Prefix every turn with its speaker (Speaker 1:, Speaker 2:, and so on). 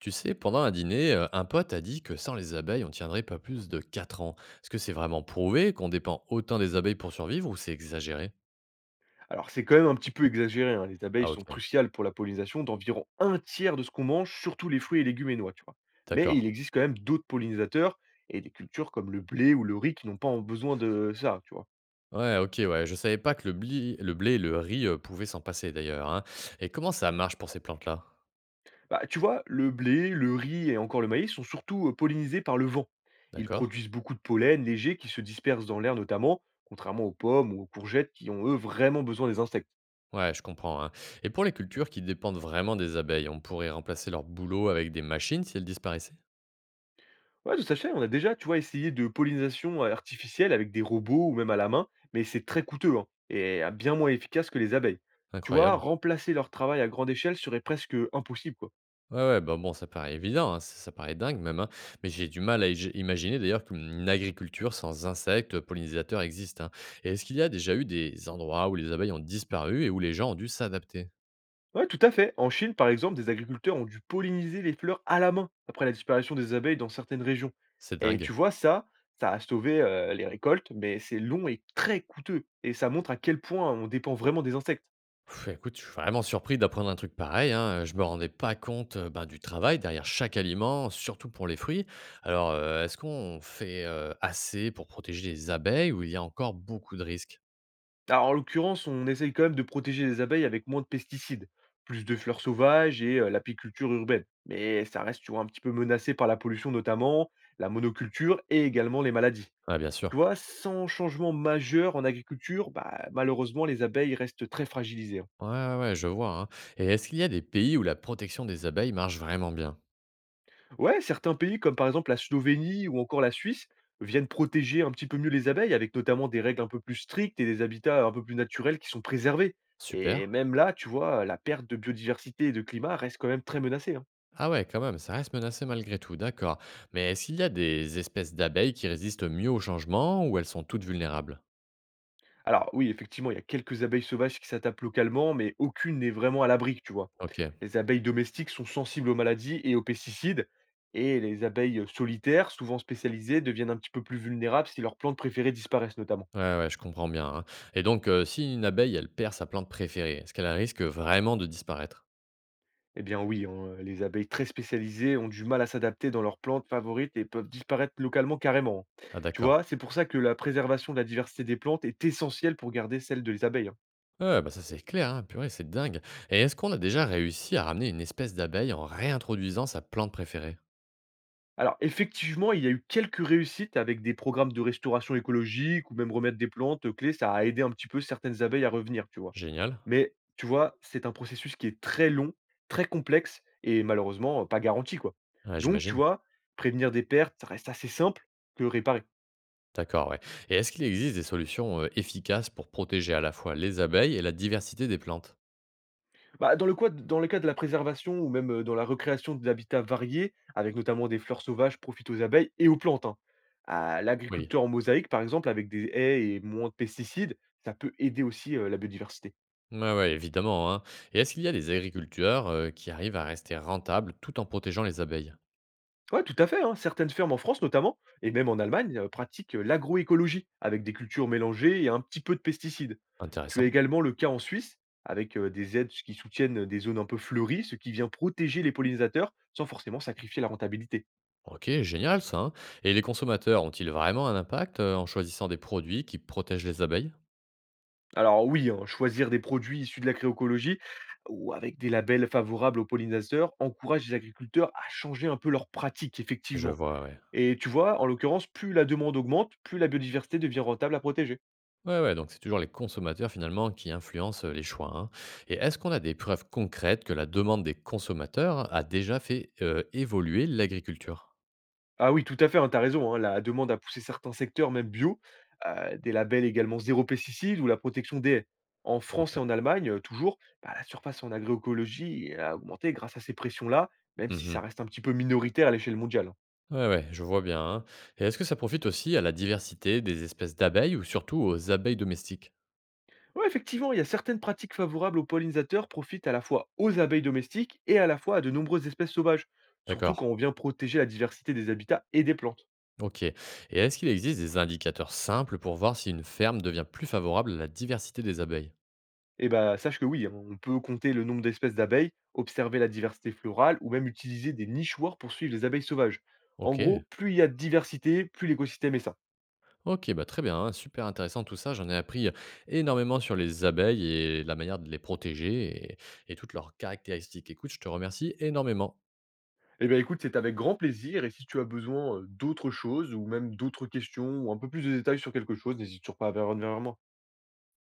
Speaker 1: Tu sais, pendant un dîner, un pote a dit que sans les abeilles, on tiendrait pas plus de 4 ans. Est-ce que c'est vraiment prouvé qu'on dépend autant des abeilles pour survivre ou c'est exagéré?
Speaker 2: Alors, c'est quand même un petit peu exagéré, hein, les abeilles
Speaker 1: Ah
Speaker 2: sont
Speaker 1: ok,
Speaker 2: cruciales pour la pollinisation d'environ un tiers de ce qu'on mange, surtout les fruits et légumes et noix, tu vois. Mais
Speaker 1: d'accord.
Speaker 2: il existe quand même d'autres pollinisateurs et des cultures comme le blé ou le riz qui n'ont pas besoin de ça, tu vois.
Speaker 1: Ouais, ok, ouais, je savais pas que le blé et le riz pouvaient s'en passer d'ailleurs, hein. Et comment ça marche pour ces plantes-là?
Speaker 2: Bah, tu vois, le blé, le riz et encore le maïs sont surtout pollinisés par le vent. Ils
Speaker 1: D'accord.
Speaker 2: produisent beaucoup de pollen léger qui se disperse dans l'air notamment, contrairement aux pommes ou aux courgettes qui ont eux vraiment besoin des insectes.
Speaker 1: Ouais, je comprends, hein. Et pour les cultures qui dépendent vraiment des abeilles, on pourrait remplacer leur boulot avec des machines si elles disparaissaient?
Speaker 2: Ouais, tout à fait, on a déjà, tu vois, essayé de pollinisation artificielle avec des robots ou même à la main, mais c'est très coûteux hein, et bien moins efficace que les abeilles. Tu vois,
Speaker 1: Incroyable.
Speaker 2: remplacer leur travail à grande échelle serait presque impossible, quoi.
Speaker 1: Ouais, ouais, bah, bon, ça paraît évident, hein, ça ça paraît dingue même, hein, mais j'ai du mal à imaginer d'ailleurs qu'une agriculture sans insectes pollinisateurs existe, hein. Et est-ce qu'il y a déjà eu des endroits où les abeilles ont disparu et où les gens ont dû s'adapter?
Speaker 2: Ouais, tout à fait. En Chine, par exemple, des agriculteurs ont dû polliniser les fleurs à la main après la disparition des abeilles dans certaines régions.
Speaker 1: C'est
Speaker 2: Et
Speaker 1: dingue.
Speaker 2: tu vois, ça a sauvé les récoltes, mais c'est long et très coûteux. Et ça montre à quel point on dépend vraiment des insectes.
Speaker 1: Pff, écoute, je suis vraiment surpris d'apprendre un truc pareil, hein. Je me rendais pas compte ben, du travail derrière chaque aliment, surtout pour les fruits. Alors, est-ce qu'on fait assez pour protéger les abeilles ou il y a encore beaucoup de risques?
Speaker 2: Alors, en l'occurrence, on essaye quand même de protéger les abeilles avec moins de pesticides, plus de fleurs sauvages et l'apiculture urbaine. Mais ça reste, tu vois, un petit peu menacé par la pollution notamment, la monoculture et également les maladies.
Speaker 1: Ouais, bien
Speaker 2: Tu
Speaker 1: sûr.
Speaker 2: vois, sans changement majeur en agriculture, bah, malheureusement, les abeilles restent très fragilisées, hein.
Speaker 1: Ouais, ouais, ouais, je vois, hein. Et est-ce qu'il y a des pays où la protection des abeilles marche vraiment bien?
Speaker 2: Ouais, certains pays comme par exemple la Slovénie ou encore la Suisse viennent protéger un petit peu mieux les abeilles avec notamment des règles un peu plus strictes et des habitats un peu plus naturels qui sont préservés. Et
Speaker 1: Super.
Speaker 2: même là, tu vois, la perte de biodiversité et de climat reste quand même très menacée, hein.
Speaker 1: Ah ouais, quand même, ça reste menacé malgré tout, d'accord. Mais est-ce qu'il y a des espèces d'abeilles qui résistent mieux au changement ou elles sont toutes vulnérables?
Speaker 2: Alors oui, effectivement, il y a quelques abeilles sauvages qui s'attaquent localement, mais aucune n'est vraiment à l'abri, tu vois.
Speaker 1: Ok, ouais,
Speaker 2: Les abeilles domestiques sont sensibles aux maladies et aux pesticides, et les abeilles solitaires, souvent spécialisées, deviennent un petit peu plus vulnérables si leurs plantes préférées disparaissent notamment.
Speaker 1: ouais, je comprends bien, hein. Et donc, si une abeille, elle perd sa plante préférée, est-ce qu'elle risque vraiment de disparaître?
Speaker 2: Eh bien oui, hein, les abeilles très spécialisées ont du mal à s'adapter dans leurs plantes favorites et peuvent disparaître localement carrément.
Speaker 1: Ah
Speaker 2: Tu vois,
Speaker 1: d'accord.
Speaker 2: c'est pour ça que la préservation de la diversité des plantes est essentielle pour garder celle des abeilles, hein.
Speaker 1: Ouais, bah ça c'est clair, hein, purée, c'est dingue. Et est-ce qu'on a déjà réussi à ramener une espèce d'abeille en réintroduisant sa plante préférée?
Speaker 2: Alors effectivement, il y a eu quelques réussites avec des programmes de restauration écologique ou même remettre des plantes clés, ça a aidé un petit peu certaines abeilles à revenir, tu vois.
Speaker 1: Génial.
Speaker 2: Mais tu vois, c'est un processus qui est très long, très complexe et malheureusement pas garanti quoi.
Speaker 1: Ouais,
Speaker 2: Donc tu
Speaker 1: j'imagine.
Speaker 2: vois, prévenir des pertes, ça reste assez simple que réparer.
Speaker 1: D'accord, ouais. Et est-ce qu'il existe des solutions, efficaces pour protéger à la fois les abeilles et la diversité des plantes?
Speaker 2: Bah, dans le cas de la préservation ou même, dans la recréation d'habitats variés, avec notamment des fleurs sauvages, profitent aux abeilles et aux plantes, hein. Ah,
Speaker 1: Oui.
Speaker 2: l'agriculture en mosaïque, par exemple, avec des haies et moins de pesticides, ça peut aider aussi, la biodiversité.
Speaker 1: Ouais, ouais, évidemment, hein. Et est-ce qu'il y a des agriculteurs, qui arrivent à rester rentables tout en protégeant les abeilles?
Speaker 2: Ouais, tout à fait, hein, certaines fermes en France notamment, et même en Allemagne, pratiquent l'agroécologie, avec des cultures mélangées et un petit peu de pesticides. Tu as
Speaker 1: Intéressant.
Speaker 2: également le cas en Suisse, avec, des aides qui soutiennent des zones un peu fleuries, ce qui vient protéger les pollinisateurs, sans forcément sacrifier la rentabilité.
Speaker 1: OK, génial ça, hein. Et les consommateurs ont-ils vraiment un impact, en choisissant des produits qui protègent les abeilles?
Speaker 2: Alors oui, hein, choisir des produits issus de l'agroécologie ou avec des labels favorables aux pollinisateurs encourage les agriculteurs à changer un peu leurs pratiques,
Speaker 1: Je
Speaker 2: effectivement.
Speaker 1: vois, ouais.
Speaker 2: Et tu vois, en l'occurrence, plus la demande augmente, plus la biodiversité devient rentable à protéger.
Speaker 1: Ouais, ouais, donc c'est toujours les consommateurs finalement qui influencent, les choix, hein. Et est-ce qu'on a des preuves concrètes que la demande des consommateurs a déjà fait, évoluer l'agriculture?
Speaker 2: Ah oui, tout à fait, hein, t'as raison, hein, la demande a poussé certains secteurs, même bio, des labels également zéro pesticide ou la protection des haies. En
Speaker 1: Trop.
Speaker 2: France et en Allemagne, toujours, bah, la surface en agroécologie a augmenté grâce à ces pressions-là, même si ça
Speaker 1: Mmh.
Speaker 2: reste un petit peu minoritaire à l'échelle mondiale, hein.
Speaker 1: Ouais, ouais, je vois bien, hein. Et est-ce que ça profite aussi à la diversité des espèces d'abeilles ou surtout aux abeilles domestiques?
Speaker 2: Ouais, effectivement, il y a certaines pratiques favorables aux pollinisateurs profitent à la fois aux abeilles domestiques et à la fois à de nombreuses espèces sauvages, surtout quand
Speaker 1: D'accord,
Speaker 2: on vient protéger la diversité des habitats et des plantes.
Speaker 1: OK. Et est-ce qu'il existe des indicateurs simples pour voir si une ferme devient plus favorable à la diversité des abeilles?
Speaker 2: Et bah sache que oui, hein, on peut compter le nombre d'espèces d'abeilles, observer la diversité florale ou même utiliser des nichoirs pour suivre les abeilles sauvages. En gros,
Speaker 1: OK,
Speaker 2: plus il y a de diversité, plus l'écosystème est sain.
Speaker 1: OK, bah, très bien, hein, super intéressant tout ça. J'en ai appris énormément sur les abeilles et la manière de les protéger et toutes leurs caractéristiques. Écoute, je te remercie énormément.
Speaker 2: Eh bien écoute, c'est avec grand plaisir et si tu as besoin d'autres choses ou même d'autres questions ou un peu plus de détails sur quelque chose, n'hésite surtout pas à venir vers moi.